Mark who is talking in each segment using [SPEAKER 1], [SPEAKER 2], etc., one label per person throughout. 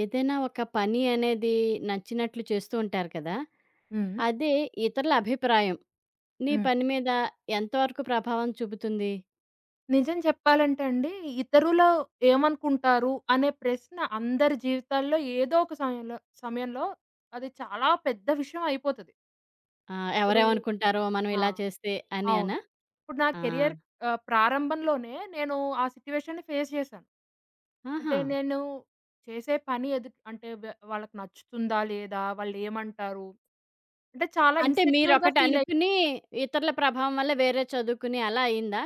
[SPEAKER 1] ఏదైనా ఒక పని అనేది నచ్చినట్లు చేస్తూ ఉంటారు కదా!
[SPEAKER 2] హ్మ్.
[SPEAKER 1] అదే, ఇతరుల అభిప్రాయం నీ
[SPEAKER 2] హ్మ్.
[SPEAKER 1] పని మీద ఎంతవరకు ప్రభావం చూపుతుంది?
[SPEAKER 2] నిజం చెప్పాలంటే అండి, ఇతరులు ఏమనుకుంటారు అనే ప్రశ్న అందరి జీవితాల్లో ఏదో ఒక సమయంలో సమయంలో అది చాలా పెద్ద విషయం అయిపోతది. ఇప్పుడు
[SPEAKER 1] ఎవరేమనుకుంటారో మనం
[SPEAKER 2] ఆ!
[SPEAKER 1] ఇలా చేస్తే అని
[SPEAKER 2] అవును.
[SPEAKER 1] అనా?
[SPEAKER 2] ఇప్పుడు నా
[SPEAKER 1] ఆ!
[SPEAKER 2] కెరియర్ ప్రారంభంలోనే నేను ఆ సిట్యుయేషన్‌ని ఫేస్ చేశాను.
[SPEAKER 1] ఆహా!
[SPEAKER 2] అంటే నేను చేసే పని ఎదు అంటే వే వాళ్ళకి నచ్చుతుందా? లేదా? వాళ్ళేమంటారు? అంటే చాలా
[SPEAKER 1] అంటే
[SPEAKER 2] ఇన్‌సెక్యూర్‌గా
[SPEAKER 1] మీరొకటి
[SPEAKER 2] ఫీలై
[SPEAKER 1] అనుకుని ఇతరుల ప్రభావం వల్ల వేరే చదువుకుని అలా అయిందా?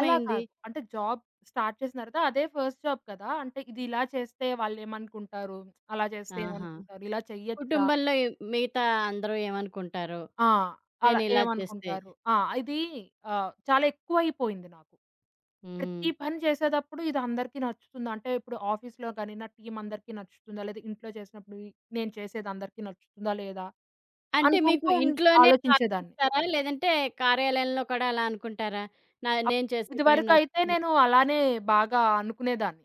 [SPEAKER 2] అలా కాదు. అంటే జాబ్ స్టార్ట్ చేసిన తర్వాత అదే ఫస్ట్ జాబ్ కదా! అంటే ఇది ఇలా చేస్తే వాళ్ళేమనుకుంటారు? అలా చేస్తే
[SPEAKER 1] ఆహా!
[SPEAKER 2] ఏమనుకుంటారు? ఇలా చెయ్యొచ్చా?
[SPEAKER 1] కుటుంబంలో ఏ- మిగతా అందరూ ఏమనుకుంటారో
[SPEAKER 2] ఆ! అలా
[SPEAKER 1] నేనిలా చేస్తే?
[SPEAKER 2] ఏమనుకుంటారు? ఆ! ఇది చాలా ఎక్కువైపోయింది నాకు.
[SPEAKER 1] హ్మ్.
[SPEAKER 2] ప్రతి పని చేసేటప్పుడు ఇది అందరికీ నచ్చుతుందా? అంటే ఇప్పుడు ఆఫీస్‌లో గాని, నా టీమ్ అందరికీ నచ్చుతుందా? లేదా ఇంట్లో చేసినప్పుడు ఈ నేను చేసేది అందరికీ నచ్చుతుందా? లేదా?
[SPEAKER 1] అంటే మీకు
[SPEAKER 2] అనుకుంటూ ఉన్
[SPEAKER 1] ఇంట్లోనే అలా
[SPEAKER 2] ఆలోచించేదాన్ని.
[SPEAKER 1] ఆలోచిస్తారా? లేదంటే కార్యాలయంలో కూడా అలా అనుకుంటారా? నా
[SPEAKER 2] అప్
[SPEAKER 1] నేను చేసే పని
[SPEAKER 2] ఇదివరకైతే
[SPEAKER 1] నొస్తుంది.
[SPEAKER 2] నేను అలానే బాగా అనుకునేదాన్ని.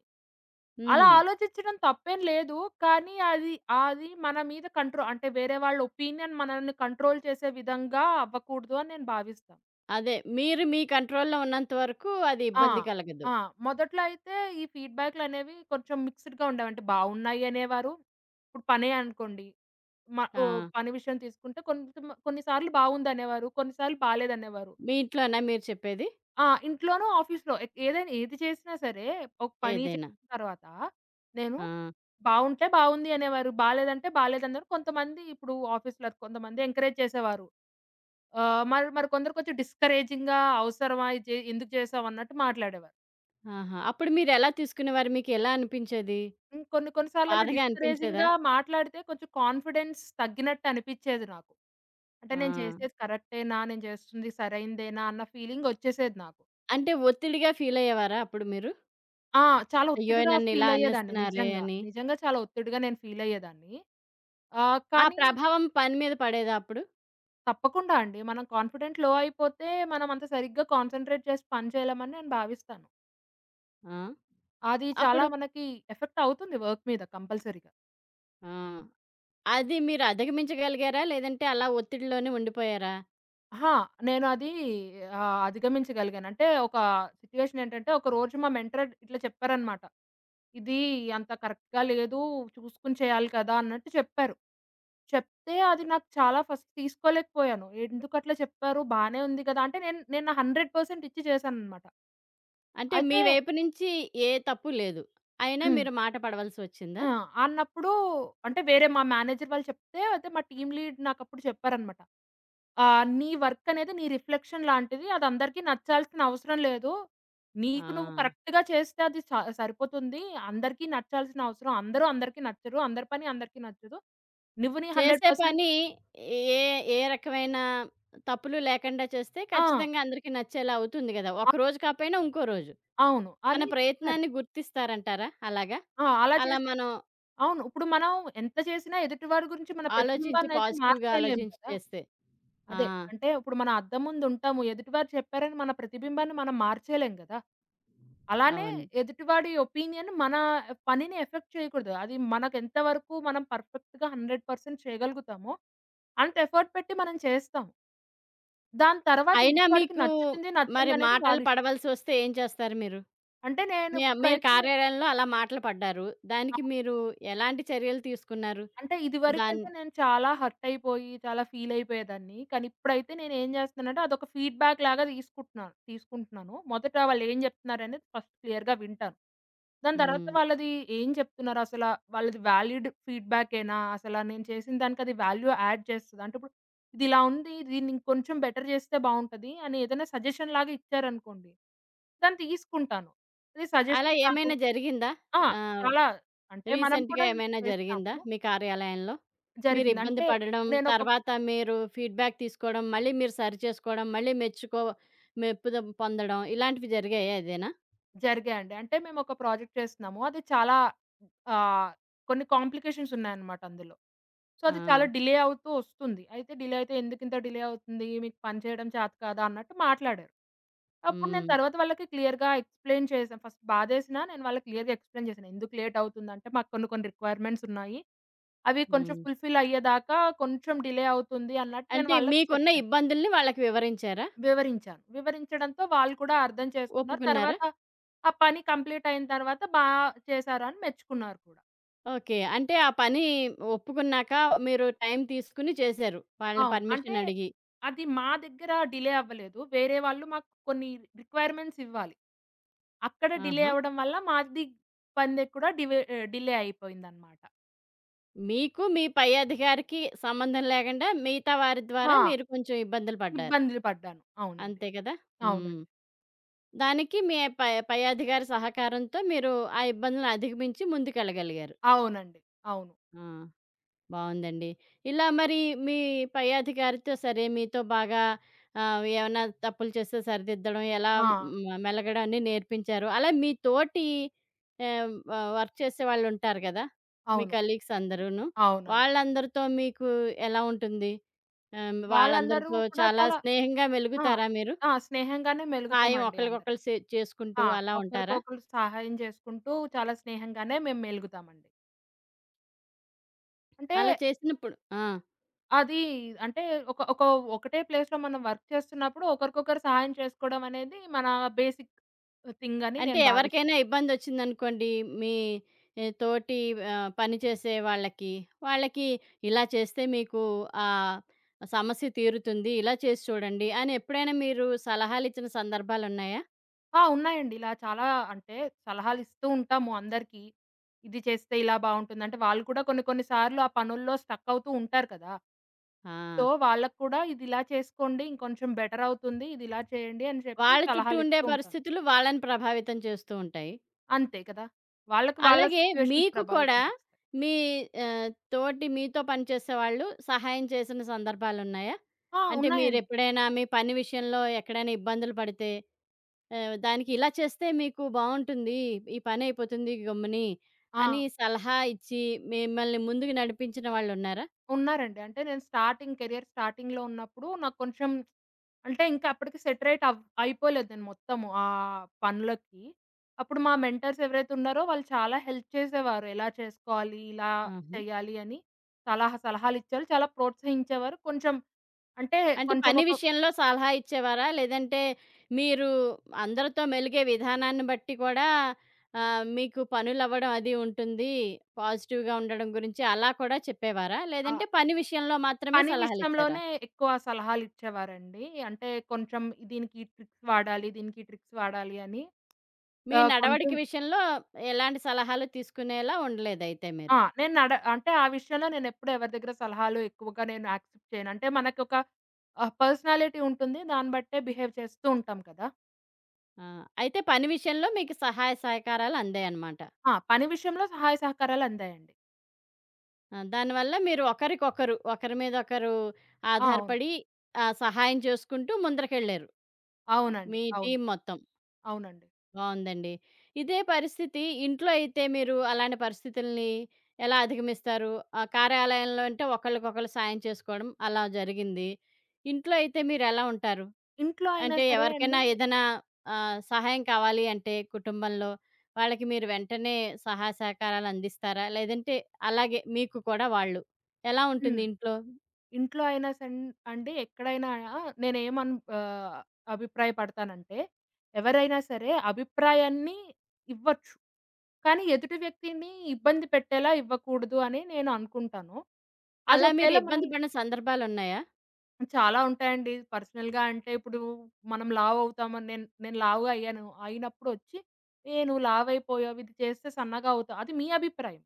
[SPEAKER 2] అలా
[SPEAKER 1] హుహు.
[SPEAKER 2] ఆలోచించడం తప్పేం లేదు. కానీ అది అది మన మీద కంట్రో అంటే వేరే వాళ్ళ ఒపీనియన్ మనల్ని కంట్రోల్ చేసే విధంగా అవ్వకూడదు అని నేను భావిస్తా.
[SPEAKER 1] అదే, మీరు మీ కంట్రోల్‌లో ఉన్నంత వరకు అది
[SPEAKER 2] ఆ!
[SPEAKER 1] ఇబ్బంది కలగదు.
[SPEAKER 2] ఆ! మొదట్లో అయితే ఈ ఫీడ్‌బ్యాక్‌లనేవి కొంచెం మిక్స్‌డ్‌గా ఉండేవి. అంటే బావున్నాయి అనేవారు. ఇప్పుడు పనే అనుకోండి.
[SPEAKER 1] ఆ!
[SPEAKER 2] ఓహ్! పని విషయం తీసుకుంటే కొన్ని సార్లు బావుందనేవారు. కొన్ని సార్లు బాలేదనేవారు.
[SPEAKER 1] మీ ఇంట్లోనా మీరు చెప్పేది?
[SPEAKER 2] ఆ! ఇంట్లోనూ, ఆఫీస్‌లో ఏదైనా ఏది చేసినా సరే ఒక పని
[SPEAKER 1] ఏదైనా.
[SPEAKER 2] చేసిన తర్వాత నేను
[SPEAKER 1] ఆ!
[SPEAKER 2] బావుంటే బావుంది అనేవారు. బాలేదంటే బాలేదన్నారు. కొంతమంది ఇప్పుడు ఆఫీస్‌లో కొంతమంది ఎంకరేజ్ చేసేవారు. ఆహ్, మరి మరి కొందరు కొంచెం డిస్కరేజింగ్‌గా అవసరమా? ఇది చే ఎందుకు చేసావు అన్నట్టు మాట్లాడేవారు.
[SPEAKER 1] ఆహా! అప్పుడు మీరెలా తీసుకునేవారు? మీకెలా అనిపించేది?
[SPEAKER 2] హ్మ్. కొన్ని కొన్ని సార్లు అలా
[SPEAKER 1] బాధగా అనిపించేదా?
[SPEAKER 2] డిస్కరేజింగ్‌గా మాట్లాడితే కొంచెం కాన్ఫిడెన్స్ తగ్గినట్టు అనిపిచ్చేది నాకు. అంటే
[SPEAKER 1] ఆ!
[SPEAKER 2] నేను చేసేది కరెక్టేనా? నేను చేస్తుంది సరైందేనా? అన్న ఫీలింగ్ వచ్చేసేది నాకు.
[SPEAKER 1] అంటే ఒత్తిడిగా ఫీలయ్యేవారా అప్పుడు మీరు?
[SPEAKER 2] ఆ! చాలా
[SPEAKER 1] అయ్యో!
[SPEAKER 2] ఒత్తిడిగా
[SPEAKER 1] నన్నిలా
[SPEAKER 2] ఫీల్ అయ్యేదాన్ని
[SPEAKER 1] అనేస్తున్నారే
[SPEAKER 2] నిజంగా.
[SPEAKER 1] అని.
[SPEAKER 2] నిజంగా చాలా ఒత్తిడిగా నేను ఫీల్ అయ్యేదాన్ని.
[SPEAKER 1] ఆ
[SPEAKER 2] కానీ
[SPEAKER 1] ప్రభావం పని మీద పడేదా అప్పుడు?
[SPEAKER 2] తప్పకుండా అండి. మనం కాన్ఫిడెంట్ లో అయిపోతే, మనం అంత సరిగ్గా కాన్సంట్రేట్ చేసి పని చేయలేమని నేను భావిస్తాను.
[SPEAKER 1] ఆ!
[SPEAKER 2] అది చాలా
[SPEAKER 1] అప్పుడు
[SPEAKER 2] మనకి ఎఫెక్ట్ అవుతుంది వర్క్ మీద కంపల్సరీగా.
[SPEAKER 1] ఆ! అది మీరు అధిగమించగలిగారా? లేదంటే అలా ఒత్తిడిలోనే ఉండిపోయారా?
[SPEAKER 2] అహా! నేను అది అధిగమించగలిగాను. అంటే ఒక సిట్యుయేషన్ ఏంటంటే, ఒక రోజు మా మెంటర్ ఇట్లా చెప్పారనమాట. "ఇది అంత కరెక్ట్‌గా లేదు. చూసుకొని చేయాలి కదా!" అన్నట్టు చెప్పారు. చెప్తే అది నాకు చాలా ఫస్ట్ తీసుకోలేకపోయాను. ఎందుకట్లా చెప్పారు? బానే ఉంది కదా! అంటే నేను నేను నా 100% ఇచ్చి చేశాననమాట.
[SPEAKER 1] అంటే మీ
[SPEAKER 2] అయితే
[SPEAKER 1] వైపు నుంచి ఏ తప్పు లేదు. అయినా
[SPEAKER 2] హ్మ్.
[SPEAKER 1] మీరు మాట పడవలసొచ్చిందా?
[SPEAKER 2] ఆ! అన్నప్పుడు అంటే వేరే మా మేనేజర్ వాళ్ళు చెప్తే అయితే మా టీమ్ లీడ్ నాకప్పుడు చెప్పారనమాట. "నీ వర్క్ అనేది నీ రిఫ్లెక్షన్ లాంటిది. అది అందరికీ నచ్చాల్సిన అవసరం లేదు.
[SPEAKER 1] ఆ!
[SPEAKER 2] నీకు నువ్వు కరెక్ట్‌గా చేస్తే అది స సరిపోతుంది. అందరికీ నచ్చాల్సిన అవసరం అందరూ అందరికీ నచ్చరు. అందరి పని అందరికీ నచ్చదు. నువ్వు నీ
[SPEAKER 1] చేసే
[SPEAKER 2] 100%
[SPEAKER 1] పని ఏ ఏ రకమైన తప్పులు లేకుండా చేస్తే
[SPEAKER 2] ఆ!
[SPEAKER 1] ఖచ్చితంగా అందరికి నచ్చేలా అవుతుంది గదా! ఒకరోజు
[SPEAKER 2] అవును.
[SPEAKER 1] కాపోయినా ఇంకో రోజు.
[SPEAKER 2] అవును"
[SPEAKER 1] మన
[SPEAKER 2] అని చెప్పారు.
[SPEAKER 1] ప్రయత్నాన్ని గుర్తిస్తారంటారా అలాగా?
[SPEAKER 2] ఆ! అలా
[SPEAKER 1] అలా
[SPEAKER 2] చేస్తే
[SPEAKER 1] మనం
[SPEAKER 2] అవును. ఇప్పుడు మనం ఎంత చేసినా ఎదుటివారి గురించి మన
[SPEAKER 1] ఆలోచించి
[SPEAKER 2] ప్రతిబింబాన్నయితే
[SPEAKER 1] పాజిటివ్‌గా
[SPEAKER 2] మార్చేయలేం
[SPEAKER 1] ఆలోచించి
[SPEAKER 2] కదా!
[SPEAKER 1] చేస్తే. ఆ!
[SPEAKER 2] అదే. అంటే ఇప్పుడు మనం అద్దం ముందుంటాము. ఎదుటివారు చెప్పారని మన ప్రతిబింబాన్ని మనం మార్చేయలేం గదా! అలానే
[SPEAKER 1] అవును.
[SPEAKER 2] ఎదుటివాడి ఒపీనియన్ మన పనిని ఎఫెక్ట్ చేయకూడదు. అది మనకెంత వరకు మనం పర్ఫెక్ట్‌గా 100% చేయగలుగుతామో, అంత ఎఫర్ట్ పెట్టి మనం చేస్తాం. దాని తర్వాత
[SPEAKER 1] అయినా
[SPEAKER 2] ఎదుటివాడికి
[SPEAKER 1] మీకు
[SPEAKER 2] నచ్చుతుంది,
[SPEAKER 1] మరి
[SPEAKER 2] నచ్చనిదనేది వాళ్ళ
[SPEAKER 1] మాటలు
[SPEAKER 2] ఇష్టం.
[SPEAKER 1] పడవలసొస్తే ఏం చేస్తారు మీరు?
[SPEAKER 2] అంటే
[SPEAKER 1] మీరు
[SPEAKER 2] నేనిప్పుడైతే
[SPEAKER 1] కార్యాలయంలో అలా మాటలు పడ్డారు. దానికి మీరు ఎలాంటి చర్యలు తీసుకున్నారు?
[SPEAKER 2] అంటే
[SPEAKER 1] దాన్
[SPEAKER 2] ఇదివరకంటే నేను చాలా హర్టయిపోయి, చాలా ఫీలయిపోయేదాన్ని. కానీ ఇప్పుడైతే నేనేం జేస్తున్నానంటే, అదొక ఫీడ్‌బ్యాక్ లాగా తీసుకుంటున్నాను తీసుకుంటున్నాను. మొదట వాళ్ళేం జెప్తున్నారనేది ఫస్ట్ క్లియర్‌గా వింటాను. దాని తర్వాత
[SPEAKER 1] హ్మ్.
[SPEAKER 2] ఏం చెప్తున్నారసలా? వాళ్ళది వాలిడ్ ఫీడ్‌బ్యాకేనా? అసలా నేను చేసిన దానికది వాల్యూ యాడ్ చేస్తదా? అంటే ఇప్పుడు ఇదిలా ఉంది, దీన్ని ఇంకొంచెం బెటర్ జేస్తే బావుంటది అని ఏదైనా సజెషన్ లాగా ఇచ్చారనుకోండి, దాన్ని తీసుకుంటాను. ఇది
[SPEAKER 1] అలా
[SPEAKER 2] సజెషన్ కాదు.
[SPEAKER 1] ఏమైనా జరిగిందా?
[SPEAKER 2] ఆ!
[SPEAKER 1] ఆహ్,
[SPEAKER 2] చాలా అంటే మనం
[SPEAKER 1] రీసెంట్‌గా
[SPEAKER 2] కూడా
[SPEAKER 1] ఏమైనా జరిగిందా
[SPEAKER 2] చేస్తాము.
[SPEAKER 1] మీ కార్యాలయంలో? మీరు
[SPEAKER 2] జరిగింది.
[SPEAKER 1] ఇబ్బంది
[SPEAKER 2] అంటే
[SPEAKER 1] పడడం,
[SPEAKER 2] నేనొక
[SPEAKER 1] తర్వాత మీరు ఫీడ్‌బ్యాక్ తీసుకోవడం, మళ్ళీ మీరు సరి చేసుకోవడం, మళ్ళీ మెప్పు పొందడం ఇలాంటివి జరిగాయా ఏదైనా?
[SPEAKER 2] జరిగాయండి. అంటే మేమొక ప్రాజెక్ట్ చేస్తున్నాము. అది చాలా ఆహ్, కొన్ని కాంప్లికేషన్స్ ఉన్నాయన్నమాట అందులో. సో,
[SPEAKER 1] ఆ!
[SPEAKER 2] అది చాలా డిలే అవుతూ వస్తుంది. అయితే డిలే అయితే "ఎందుకింత డిలే అవుతుంది? మీకు పని చేయడం చేత కాదా?" అన్నట్టు మాట్లాడారు. అప్పుడు నేను
[SPEAKER 1] హ్మ్.
[SPEAKER 2] తర్వాత వాళ్ళకి క్లియర్‌గా ఎక్స్‌ప్లెయిన్ చేశాను. ఫస్ట్ బాధేసినా నేను వాళ్ళకి క్లియర్‌గా ఎక్స్‌ప్లెయిన్ చేశాను. ఎందుకు లేట్ అవుతుందంటే మాకు కొన్ని కొన్ని రిక్వైర్మెంట్స్ ఉన్నాయి. అవి కొంచెం
[SPEAKER 1] హ్మ్.
[SPEAKER 2] ఫుల్‌ఫిల్ అయ్యేదాకా కొంచెం డిలే అవుతుంది అన్నట్టు నేను
[SPEAKER 1] అంటే
[SPEAKER 2] వాళ్ళకి
[SPEAKER 1] మీకున్న
[SPEAKER 2] చెప్పాను.
[SPEAKER 1] ఇబ్బందుల్ని వాళ్ళకి వివరించారా?
[SPEAKER 2] వివరించాను. వివరించడంతో వాళ్ళు కూడా అర్థం చేసుకున్నారు.
[SPEAKER 1] ఒప్పుకున్నారా?
[SPEAKER 2] తర్వాత ఆ పని కంప్లీట్ అయిన తర్వాత చేశారు అని మెచ్చుకున్నారు కూడా.
[SPEAKER 1] ఓకే. అంటే ఆ పని ఒప్పుకున్నాక మీరు టైం తీసుకొని చేశారు. వాళ్ళని
[SPEAKER 2] అవును. అంటే
[SPEAKER 1] పర్మిషన్ అడిగి.
[SPEAKER 2] అది మా దగ్గర డిలే అవ్వలేదు. వేరే వాళ్ళు మాకు కొన్ని రిక్వైర్‌మెంట్స్ ఇవ్వాలి. అక్కడ డిలే
[SPEAKER 1] ఆహా!
[SPEAKER 2] అవ్వడం వల్ల మాది పని కూడా డిలే అయిపోయిందన్నమాట.
[SPEAKER 1] మీకు మీ పై అధికారికి సంబంధం లేకుండా మిగతా వారి ద్వారా
[SPEAKER 2] ఆ!
[SPEAKER 1] మీరు కొంచెం ఇబ్బందులు పడ్డారు.
[SPEAKER 2] ఇబ్బందులు పడ్డాను. అవునండి.
[SPEAKER 1] అంతే కదా! హ్మ్.
[SPEAKER 2] అవునండి.
[SPEAKER 1] దానికి మీ పై పై అధికారి సహకారంతో మీరు ఆ ఇబ్బందులను అధిగమించి ముందుకెళ్ళగలిగారు.
[SPEAKER 2] అవునండి. అవును.
[SPEAKER 1] ఆ! బావుందండి. ఇలా మరి మీ పై అధికారితో సరే మీతో బాగా ఏమన్నా తప్పులు చేస్తే సరిదిద్దడం, ఎలా
[SPEAKER 2] ఆ!
[SPEAKER 1] మెలగడం అన్నీ నేర్పించారు. అలా మీ తోటి ఆహ్, వ వర్క్ చేసేవాళ్ళుంటారు గదా! మీ
[SPEAKER 2] అవును.
[SPEAKER 1] కలీగ్స్ అందరూను.
[SPEAKER 2] అవునండి.
[SPEAKER 1] వాళ్ళందరితో మీకు ఎలా ఉంటుంది?
[SPEAKER 2] వాళ్ళందరూ
[SPEAKER 1] వాళ్ళందరితో
[SPEAKER 2] కూడా
[SPEAKER 1] చాలా
[SPEAKER 2] చాలా
[SPEAKER 1] స్నేహంగా
[SPEAKER 2] ఆ!
[SPEAKER 1] మెలుగుతారా మీరు?
[SPEAKER 2] ఆ! స్నేహంగానే
[SPEAKER 1] సాయం
[SPEAKER 2] మెలుగుతామండి అందరం.
[SPEAKER 1] ఒకళ్ళకొకళ్ళు చేసుకుంటూ
[SPEAKER 2] ఆ!
[SPEAKER 1] అలా ఉంటారా?
[SPEAKER 2] ఒకరికొకరు సహాయం చేసుకుంటూ చాలా స్నేహంగానే మేము మెలుగుతామండి. అంటే
[SPEAKER 1] అలా చేసినప్పుడు ఆ!
[SPEAKER 2] అది అంటే ఒక ఒక ఒకటే ప్లేస్‌లో మనం వర్క్ చేస్తున్నప్పుడు ఒకరికొకరు సహాయం చేసుకోవడం అనేది మన బేసిక్ థింగ్ అని
[SPEAKER 1] అంటే
[SPEAKER 2] నేను భావిస్తా.
[SPEAKER 1] ఎవరికైనా ఇబ్బందొచ్చిందనుకోండి, మీ తోటి పనిచేసే వాళ్ళకి, వాళ్ళకి ఇలా చేస్తే మీకు ఆ సమస్య తీరుతుంది. ఇలా చేసి చూడండి అని ఎప్పుడైనా మీరు సలహాలిచ్చిన సందర్భాలున్నాయా?
[SPEAKER 2] ఆ! ఉన్నాయండి. ఇలా చాలా అంటే సలహాలు ఇస్తూ ఉంటాము అందరికీ. ఇది చేస్తే ఇలా బావుంటుంది. అంటే వాళ్ళు కూడా కొన్ని కొన్ని సార్లు ఆ పనుల్లో స్టక్ అవుతూ ఉంటారు కదా! సో,
[SPEAKER 1] ఆ!
[SPEAKER 2] వాళ్ళకి కూడా ఇది ఇలా చేసుకోండి ఇంకొంచెం బెటర్ అవుతుంది. ఇది ఇలా చేయండి అని చెప్పి
[SPEAKER 1] వాళ్ళ చుట్టూ
[SPEAKER 2] సలహాలు
[SPEAKER 1] ఉండే
[SPEAKER 2] ఇస్తూ ఉంటాను.
[SPEAKER 1] పరిస్థితులు వాళ్ళని ప్రభావితం చేస్తూ ఉంటాయి.
[SPEAKER 2] అంతే కదా! వాళ్ళకి వాళ్ళ
[SPEAKER 1] అలాగే
[SPEAKER 2] సిట్యుయేషన్స్
[SPEAKER 1] మీకు
[SPEAKER 2] ప్రభావితం
[SPEAKER 1] కూడా
[SPEAKER 2] చేస్తాయి.
[SPEAKER 1] మీ తోటి మీతో పనిచేసేవాళ్ళు సహాయం చేసిన సందర్భాలున్నాయా?
[SPEAKER 2] ఆ!
[SPEAKER 1] అంటే
[SPEAKER 2] ఉన్నాయండి.
[SPEAKER 1] మీరెప్పుడైనా మీ పని విషయంలో ఎక్కడైనా ఇబ్బందులు పడితే దానికి ఇలా చేస్తే మీకు బావుంటుంది. ఈ పనయిపోతుంది గమ్ముని
[SPEAKER 2] ఆ!
[SPEAKER 1] అని సలహా ఇచ్చి మిమ్మల్ని ముందుకు నడిపించిన వాళ్ళున్నారా?
[SPEAKER 2] ఉన్నారండి. అంటే నేను కెరియర్ స్టార్టింగ్‌లో ఉన్నప్పుడు నాకు కొంచెం అంటే ఇంకా అప్పటికి సెటరేట్ అవ్ అయిపోలేదు నేను మొత్తము ఆ పనులకి. అప్పుడు మా మెంటర్స్ ఎవరైతే ఉన్నారో వాళ్ళు చాలా హెల్ప్ చేసేవారు. ఎలా చేసుకోవాలి, ఇలా
[SPEAKER 1] ఆహా!
[SPEAKER 2] చేయాలి అని చాలా సలహాలిచ్చారు. చాలా ప్రోత్సహించేవారు. కొంచెం అంటే
[SPEAKER 1] అంటే
[SPEAKER 2] కొంచెం
[SPEAKER 1] పని
[SPEAKER 2] ఒక
[SPEAKER 1] విషయంలో సలహా ఇచ్చేవారా? లేదంటే మీరు అందరితో మెలిగే విధానాన్ని బట్టి కూడా మీకు పనులవ్వడం అది ఉంటుంది. పాజిటివ్‌గా ఉండడం గురించి అలా కూడా చెప్పేవారా?
[SPEAKER 2] ఆ!
[SPEAKER 1] లేదంటే పని విషయంలో మాత్రమే
[SPEAKER 2] పని
[SPEAKER 1] సలహాలిచ్చారా?
[SPEAKER 2] విషయంలోనే ఎక్కువ సలహాలిచ్చేవారండి. అంటే కొంచెం దీనికి ఈ ట్రిక్స్ వాడాలి, దీనికి ఈ ట్రిక్స్ వాడాలి అని
[SPEAKER 1] మీ
[SPEAKER 2] ఆహ్,
[SPEAKER 1] నడవడిక
[SPEAKER 2] కొంచెం
[SPEAKER 1] విషయంలో ఎలాంటి సలహాలు తీసుకునేలా ఉండలేదయితే మీరు.
[SPEAKER 2] ఆ! నేను నడ అంటే ఆ విషయంలో నేనెప్పుడు ఎవరి దగ్గర సలహాలు ఎక్కువగా నేను యాక్సెప్ట్ చేయను. అంటే మనకొక పర్సనాలిటీ ఉంటుంది. దాన్ని బట్టే బిహేవ్ చేస్తూ ఉంటాం కదా!
[SPEAKER 1] ఆ! అయితే పని విషయంలో మీకు సహాయ సహకారాలు అందాయన్నమాట.
[SPEAKER 2] ఆ! పని విషయంలో సహాయ సహకారాలు అందాయండి.
[SPEAKER 1] ఆ! దానివల్ల మీరు ఒకరికొకరు, ఒకరి మీద ఒకరు
[SPEAKER 2] ఆ! అవును.
[SPEAKER 1] ఆధారపడి సహాయం చేసుకుంటూ ముందరకెళ్లారు.
[SPEAKER 2] అవునండి.
[SPEAKER 1] మీ
[SPEAKER 2] అవును.
[SPEAKER 1] టీమ్ మొత్తం.
[SPEAKER 2] అవునండి.
[SPEAKER 1] బావుందండి. ఇదే పరిస్థితి ఇంట్లో అయితే మీరు అలాంటి పరిస్థితుల్ని ఎలా అధిగమిస్తారు? ఆ కార్యాలయంలో అంటే ఒకళ్ళకొకళ్ళు సాయం చేసుకోవడం అలా జరిగింది. ఇంట్లో అయితే మీరెలా ఉంటారు?
[SPEAKER 2] ఇంట్లో అయినా
[SPEAKER 1] అంటే
[SPEAKER 2] సరే
[SPEAKER 1] ఎవరికైనా
[SPEAKER 2] అండి
[SPEAKER 1] ఏదైనా సహాయం కావాలి అంటే కుటుంబంలో వాళ్ళకి మీరు వెంటనే సహాయ సహకారాలు అందిస్తారా? లేదంటే అలాగే మీకు కూడా వాళ్ళు. ఎలా ఉంటుంది
[SPEAKER 2] హ్మ్.
[SPEAKER 1] ఇంట్లో?
[SPEAKER 2] ఇంట్లో అయినా సన్ అండి ఎక్కడైనా నేనేమన్ ఆహ్, అభిప్రాయపడతానంటే, ఎవరైనా సరే అభిప్రాయాన్ని ఇవ్వచ్చు. కానీ ఎదుటి వ్యక్తిని ఇబ్బంది పెట్టేలా ఇవ్వకూడదు అని నేను అనుకుంటాను. అది
[SPEAKER 1] అలా మీరు
[SPEAKER 2] ఒకవేళ
[SPEAKER 1] ఇబ్బంది
[SPEAKER 2] మనల్ని
[SPEAKER 1] పడిన సందర్భాలున్నాయా?
[SPEAKER 2] చాలా ఉంటాయండి. పర్సనల్‌గా అంటే ఇప్పుడు మనం లావు అవుతామని నేను నేను లావుగా అయ్యాను. అయినప్పుడొచ్చి, "ఏ నువ్వు లావైపోయావు. ఇది చేస్తే సన్నగా అవుతావు." అది మీ అభిప్రాయం.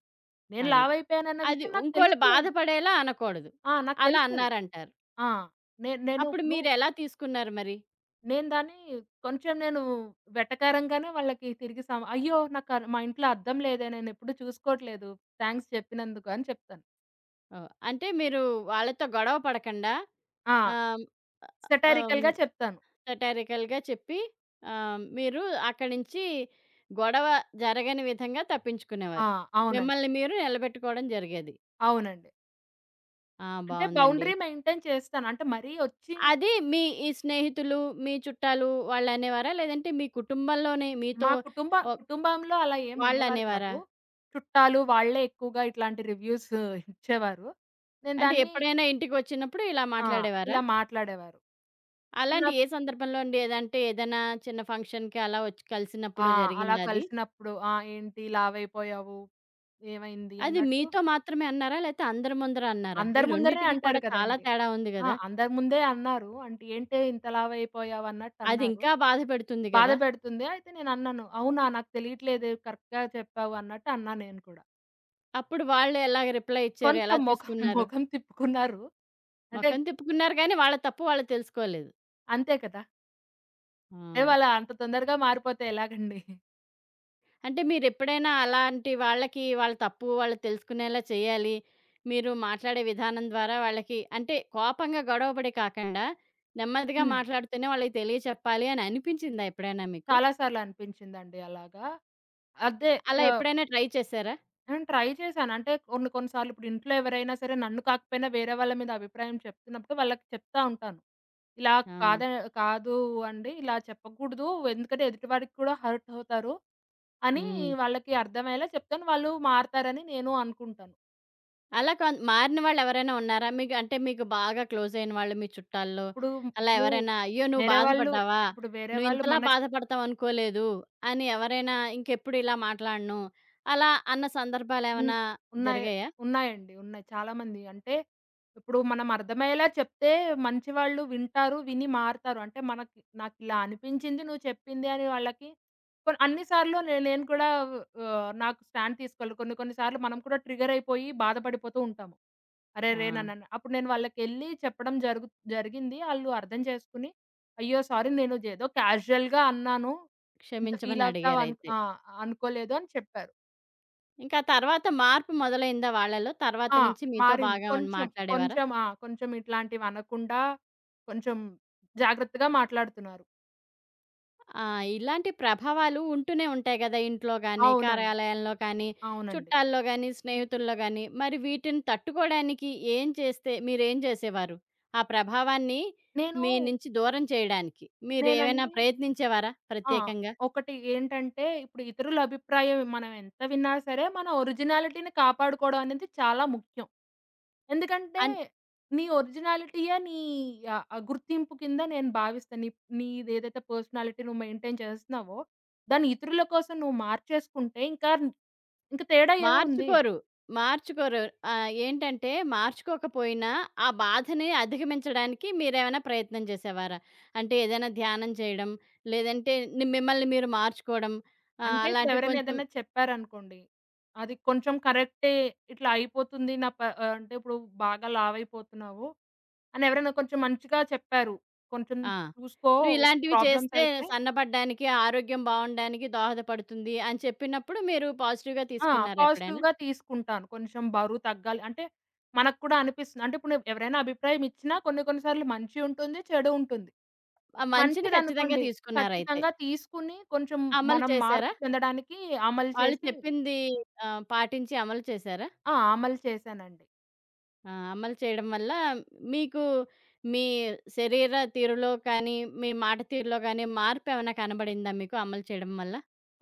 [SPEAKER 2] నేను
[SPEAKER 1] అది.
[SPEAKER 2] లావైపోయానన్న
[SPEAKER 1] అది
[SPEAKER 2] విషయం నాకు
[SPEAKER 1] ఇంకోళ్ళు
[SPEAKER 2] తెలుస్తూ
[SPEAKER 1] బాధపడేలా అనకూడదు.
[SPEAKER 2] ఆ! నాకు
[SPEAKER 1] అలా
[SPEAKER 2] తెలుస్తది.
[SPEAKER 1] అన్నారంటారు.
[SPEAKER 2] ఆ! నే నేను
[SPEAKER 1] అప్పుడు
[SPEAKER 2] ఇప్పుడు
[SPEAKER 1] మీరెలా తీసుకున్నారు మరి?
[SPEAKER 2] నేను దాన్ని కొంచెం నేను వెటకారంగానే వాళ్ళకి తిరిగి "అయ్యో! మా ఇంట్లో అద్దం లేదే. నేనెప్పుడు చూసుకోవట్లేదు. థాంక్స్ చెప్పినందుకు" అని చెప్తాను.
[SPEAKER 1] ఓహ్! అంటే మీరు వాళ్ళతో గొడవ పడకండా
[SPEAKER 2] ఆ!
[SPEAKER 1] ఆహ్, ఆహ్,
[SPEAKER 2] సెటారికల్‌గా చెప్తాను.
[SPEAKER 1] సటారికల్‌గా చెప్పి, మీరు అక్కడి నుంచి గొడవ జరగని విధంగా
[SPEAKER 2] ఆ!
[SPEAKER 1] తప్పించుకునేవారు.
[SPEAKER 2] అవునండి.
[SPEAKER 1] మిమ్మల్ని మీరు నిలబెట్టుకోవడం జరిగేది.
[SPEAKER 2] అవునండి.
[SPEAKER 1] ఆ! బావుందండి.
[SPEAKER 2] బౌండరీ మెయింటైన్ చేస్తాను. అంటే మరీ ఒచ్చి
[SPEAKER 1] అది మీ ఈ స్నేహితులు, మీ చుట్టాలు వాళ్ళనేవారా? లేదంటే మీ కుటుంబంలోనే మీతో
[SPEAKER 2] మా కుటుంబ
[SPEAKER 1] ఒ
[SPEAKER 2] కుటుంబంలో అలా ఏం అనేవారు
[SPEAKER 1] వాళ్ళనేవారా?
[SPEAKER 2] కాదు. చుట్టాలు వాళ్ళే ఎక్కువగా ఇట్లాంటి రివ్యూస్ ఇచ్చేవారు. నేను
[SPEAKER 1] అంటే
[SPEAKER 2] దాన్ని
[SPEAKER 1] ఎప్పుడైనా ఇంటికొచ్చినప్పుడు ఇలా
[SPEAKER 2] ఆ!
[SPEAKER 1] మాట్లాడేవారా?
[SPEAKER 2] ఇలా మాట్లాడేవారు. ఉన్న
[SPEAKER 1] అలాంటి ఏ సందర్భంలో అండి? ఏదంటే ఏదైనా చిన్న ఫంక్షన్‌కి అలా వచ్చి
[SPEAKER 2] ఆ!
[SPEAKER 1] కలిసినప్పుడు
[SPEAKER 2] అలా
[SPEAKER 1] జరిగిందా అది?
[SPEAKER 2] కలిసినప్పుడు ఆ! ఏంటి లావైపోయావు? ఏమైంది?
[SPEAKER 1] అది
[SPEAKER 2] అన్నట్టు
[SPEAKER 1] మీతో మాత్రమే అన్నారా? లేతే అందరి ముందర అన్నారా? ఈ
[SPEAKER 2] అందరి ముందరే
[SPEAKER 1] రెండిటికి
[SPEAKER 2] అంటారు
[SPEAKER 1] కూడా చాలా
[SPEAKER 2] కదండీ!
[SPEAKER 1] తేడా ఉంది
[SPEAKER 2] ఆ!
[SPEAKER 1] గదా!
[SPEAKER 2] అందరి ముందే అన్నారు. అంటే ఏంటే ఇంత లావైపోయావు అన్నట్టన్నారు.
[SPEAKER 1] అదింకా బాధ పెడుతుంది
[SPEAKER 2] బాధ
[SPEAKER 1] గదా!
[SPEAKER 2] పెడుతుంది. అయితే నేనన్నాను. అవునా! నాకు తెలియట్లేదు కరెక్ట్‌గా చెప్పావు అన్నట్టు అన్నా నేను కూడా.
[SPEAKER 1] అప్పుడు వాళ్ళు ఎలాగ రిప్లై ఇచ్చారు? ఎలా
[SPEAKER 2] కొంచెం మొఖం
[SPEAKER 1] తీసుకున్నారు?
[SPEAKER 2] మొఖం తిప్పుకున్నారు. అంటే
[SPEAKER 1] మొఖం తిప్పుకున్నారు గానీ వాళ్ళ తప్పు వాళ్ళు తెలుసుకోలేదు.
[SPEAKER 2] అంతే కదా!
[SPEAKER 1] ఆ!
[SPEAKER 2] అంటే వాళ్ళు అంత తొందరగా మారిపోతే ఎలాగండి?
[SPEAKER 1] అంటే మీరెప్పుడైనా అలాంటి వాళ్ళకి వాళ్ళ తప్పు వాళ్ళు తెలుసుకునేలా చేయాలి. మీరు మాట్లాడే విధానం ద్వారా వాళ్ళకి అంటే కోపంగా గొడవ పడి కాకండా, నెమ్మదిగా
[SPEAKER 2] హ్మ్.
[SPEAKER 1] మాట్లాడుతూనే వాళ్ళకి తెలియచెప్పాలి అని అనిపించిందా ఎప్పుడైనా మీకు?
[SPEAKER 2] చాలా సార్లు అనిపించిందండి అలాగా. అదే
[SPEAKER 1] అలా
[SPEAKER 2] ఆ!
[SPEAKER 1] ఎప్పుడైనా ట్రై చేశారా?
[SPEAKER 2] నేను ట్రై చేశాను. అంటే కొన్ని కొన్ని సార్లు ఇప్పుడు ఇంట్లో ఎవరైనా సరే నన్ను కాకపోయినా వేరే వాళ్ళ మీద అభిప్రాయం చెప్తున్నప్పుడు వాళ్ళకి చెప్తా ఉంటాను. ఇలా
[SPEAKER 1] ఆ!
[SPEAKER 2] కాద కాదు అండి. ఇలా చెప్పకూడదు. ఎందుకంటే ఎదుటివాడికి కూడా హర్ట్ అవుతారు అని
[SPEAKER 1] హ్మ్.
[SPEAKER 2] వాళ్ళకి అర్థమయ్యేలా చెప్తాను. వాళ్ళు మారతారని నేను అనుకుంటాను.
[SPEAKER 1] అలా మారిన వాళ్ళెవరైనా ఉన్నారా? మీకు అంటే మీకు బాగా క్లోజయిన వాళ్ళు మీ చుట్టాల్లో
[SPEAKER 2] ఇప్పుడు
[SPEAKER 1] అలా
[SPEAKER 2] ఇప్పుడు
[SPEAKER 1] ఎవరైనా, "అయ్యో! నువ్వు
[SPEAKER 2] వేరే వాళ్ళు
[SPEAKER 1] బాధపడ్డావా?
[SPEAKER 2] ఇప్పుడు వేరే వాళ్ళు
[SPEAKER 1] నువ్వింతలా
[SPEAKER 2] మన
[SPEAKER 1] బాధపడతావనుకోలేదు" అని ఎవరైనా ఇంకెప్పుడు ఇలా మాట్లాడను, అలా అన్న
[SPEAKER 2] ఉన్
[SPEAKER 1] సందర్భాలేమైనా
[SPEAKER 2] ఉన్నాయి.
[SPEAKER 1] జరిగాయా?
[SPEAKER 2] ఉన్నాయండి. ఉన్నాయి. చాలామంది అంటే ఇప్పుడు మనం అర్థమయ్యేలా చెప్తే మంచివాళ్ళు వింటారు. విని మారుతారు. అంటే మనకి నాకిలా అనిపించింది నువ్వు చెప్పింది అని వాళ్ళకి అన్ని సార్లు నేను కూడా నాకు స్టాండ్ తీసుకోవాలి. కొన్ని కొన్ని సార్లు మనం కూడా ట్రిగ్గర్ అయిపోయి బాధపడిపోతూ ఉంటాము.
[SPEAKER 1] ఆ!
[SPEAKER 2] అరెరే! నన్నని అప్పుడు నేను వాళ్ళకెళ్ళి చెప్పడం జరిగింది. ఆళ్ళు అర్థం చేసుకొని, "అయ్యో! సారీ నేను ఏదో క్యాజుయల్‌గా అన్నాను. ఇంత
[SPEAKER 1] క్షమించమని
[SPEAKER 2] ఫీల్ అవుతావు అన్
[SPEAKER 1] అడిగారయితే.
[SPEAKER 2] ఆ! అనుకోలేదు" అని చెప్పారు.
[SPEAKER 1] ఇంకా తర్వాత మార్పు మొదలైందా వాళ్ళలో? తర్వాత
[SPEAKER 2] ఆ!
[SPEAKER 1] నుంచి మీతో
[SPEAKER 2] మారింది.
[SPEAKER 1] బాగా
[SPEAKER 2] కొంచెం,
[SPEAKER 1] మాట్లాడేవారా?
[SPEAKER 2] కొంచెం ఆ! కొంచెం ఇట్లాంటివనకుండా కొంచెం జాగ్రత్తగా మాట్లాడుతున్నారు.
[SPEAKER 1] ఆ! ఇలాంటి ప్రభావాలు ఉంటూనే ఉంటాయి గదా! ఇంట్లో గానీ,
[SPEAKER 2] అవునండి.
[SPEAKER 1] కార్యాలయంలో కానీ,
[SPEAKER 2] అవునండి.
[SPEAKER 1] చుట్టాల్లో గానీ, స్నేహితుల్లో గానీ, మరి వీటిని తట్టుకోడానికి ఏం చేస్తే మీరేం చేసేవారు? ఆ ప్రభావాన్ని
[SPEAKER 2] నేను
[SPEAKER 1] మీ నుంచి దూరం చేయడానికి మీరేమైనా
[SPEAKER 2] నేనండి
[SPEAKER 1] ప్రయత్నించేవారా
[SPEAKER 2] ఆ!
[SPEAKER 1] ప్రత్యేకంగా?
[SPEAKER 2] ఒకటి ఏంటంటే, ఇప్పుడు ఇతరుల అభిప్రాయం మనం ఎంత విన్నా సరే, మన ఒరిజినాలిటీని కాపాడుకోవడం అనేది చాలా ముఖ్యం. ఎందుకంటే,
[SPEAKER 1] అన్
[SPEAKER 2] నీ ఒరిజినాలిటీయే నీ ఆహ్, ఆహ్, గుర్తింపు కింద నేను భావిస్తాను. నీదేదైతే పర్సనాలిటీ నువ్వు మెయింటైన్ చేస్తున్నావో, దాన్ని ఇతరుల కోసం నువ్వు మార్చేసుకుంటే ఇంక తేడా ఏముంది?
[SPEAKER 1] మార్చుకోరు. మార్చుకోరు. ఏంటంటే మార్చుకోకపోయినా ఆ బాధని అధిగమించడానికి మీరేమైనా ప్రయత్నం చేసేవారా? అంటే ఏదైనా ధ్యానం చేయడం, లేదంటే మిమ్మల్ని మీరు మార్చుకోవడం
[SPEAKER 2] అంటే
[SPEAKER 1] అలాంటివి
[SPEAKER 2] ఇప్పుడెవరైనా
[SPEAKER 1] కొంచెం.
[SPEAKER 2] ఏదన్నా చెప్పారనుకోండి. అది కొంచెం కరెక్టే ఇట్లా అయిపోతుంది నా ప ఆహ్, అంటే ఇప్పుడు బాగా లావయిపోతున్నావు అని ఎవరైనా కొంచెం మంచిగా చెప్పారు. కొంచెం
[SPEAKER 1] ఆ!
[SPEAKER 2] చూసుకో
[SPEAKER 1] నువ్విలాంటివి
[SPEAKER 2] ప్రాబ్లమ్స్
[SPEAKER 1] చేస్తే
[SPEAKER 2] అయితే
[SPEAKER 1] సన్నబడ్డానికి, ఆరోగ్యం బావుండడానికి దోహదపడుతుంది అని చెప్పినప్పుడు మీరు పాజిటివ్‌గా
[SPEAKER 2] ఆ!
[SPEAKER 1] తీసుకున్నారా ఎప్పుడైనా?
[SPEAKER 2] పాజిటివ్‌గా తీసుకుంటాను. కొంచెం బరువు తగ్గాలి అంటే మనకు కూడా అనిపిస్తుంది. అంటే ఇప్పుడు ఎవరైనా అభిప్రాయం ఇచ్చినా కొన్ని కొన్ని సార్లు మంచి ఉంటుంది, చెడు ఉంటుంది.
[SPEAKER 1] ఆ మంచిని ఖచ్చితంగా
[SPEAKER 2] మంచిదనుకోండి
[SPEAKER 1] తీసుకున్నారయితే.
[SPEAKER 2] ఖచ్చితంగా తీసుకుని కొంచెం
[SPEAKER 1] అమలు
[SPEAKER 2] మనం మార్పు
[SPEAKER 1] చేశారా?
[SPEAKER 2] చెందడానికి అమలు
[SPEAKER 1] వాళ్ళు
[SPEAKER 2] చేసి
[SPEAKER 1] చెప్పింది పాటించి అమలు చేశారా?
[SPEAKER 2] ఆ! అమలు చేశానండి.
[SPEAKER 1] ఆ! అమలు చేయడం వల్ల మీకు మీ శరీర తీరులో కానీ, మీ మాట తీరులో గానీ మార్పేమైనా కనబడిందా మీకు అమలు చేయడం వల్ల?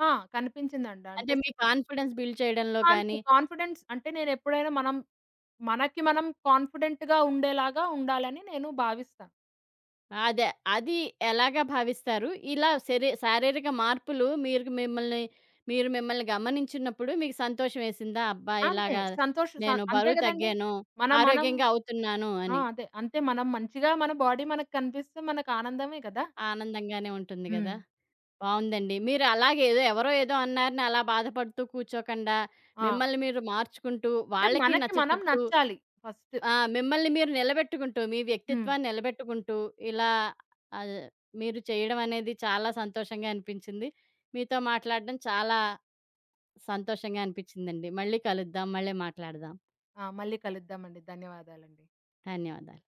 [SPEAKER 2] ఆ! కనిపించిందండి.
[SPEAKER 1] అంటే మీ కాన్ఫిడెన్స్ బిల్డ్ చేయడంలో
[SPEAKER 2] అంతే.
[SPEAKER 1] కానీ
[SPEAKER 2] కాన్ఫిడెన్స్ అంటే నేనెప్పుడైనా మనకి మనం కాన్ఫిడెంట్‌గా ఉండేలాగా ఉండాలని నేను భావిస్తాను.
[SPEAKER 1] అదే. అది ఎలాగా భావిస్తారు? ఇలా శారీరక మార్పులు మీరు మిమ్మల్ని గమనించినప్పుడు మీకు సంతోషం వేసిందా? అబ్బా!
[SPEAKER 2] అంతే.
[SPEAKER 1] ఇలాగా
[SPEAKER 2] సంతోష్ స
[SPEAKER 1] నేను
[SPEAKER 2] అంతే
[SPEAKER 1] బరువు
[SPEAKER 2] గదండీ!
[SPEAKER 1] తగ్గాను,
[SPEAKER 2] మనం మనం
[SPEAKER 1] ఆరోగ్యంగా అవుతున్నాను
[SPEAKER 2] ఆ!
[SPEAKER 1] అని.
[SPEAKER 2] అదే. అంతే మనం మంచిగా మన బాడీ మనకు కనిపిస్తే మనకు ఆనందమే గదా!
[SPEAKER 1] ఆనందంగానే ఉంటుంది
[SPEAKER 2] హ్మ్.
[SPEAKER 1] గదా! బావుందండి. మీరు అలాగే ఏదో ఎవరో ఏదో అన్నారని అలా బాధపడుతూ కూర్చోకుండా,
[SPEAKER 2] ఆ!
[SPEAKER 1] మిమ్మల్ని మీరు మార్చుకుంటూ,
[SPEAKER 2] అంటే
[SPEAKER 1] వాళ్ళకి
[SPEAKER 2] మనకి మనం
[SPEAKER 1] నచ్చచెప్తూ
[SPEAKER 2] నచ్చాలి ఫస్ట్.
[SPEAKER 1] ఆ! మిమ్మల్ని మీరు నిలబెట్టుకుంటూ, మీ
[SPEAKER 2] హ్మ్.
[SPEAKER 1] వ్యక్తిత్వాన్ని నిలబెట్టుకుంటూ, ఇలా ఆహ్, మీరు చేయడం అనేది చాలా సంతోషంగా అనిపించింది. మీతో మాట్లాడడం చాలా సంతోషంగా అనిపించిందండి. మళ్ళీ కలుద్దాం. మళ్ళీ మాట్లాడదాం.
[SPEAKER 2] ఆ! మళ్ళీ కలుద్దామండి. ధన్యవాదాలండి.
[SPEAKER 1] ధన్యవాదాలు.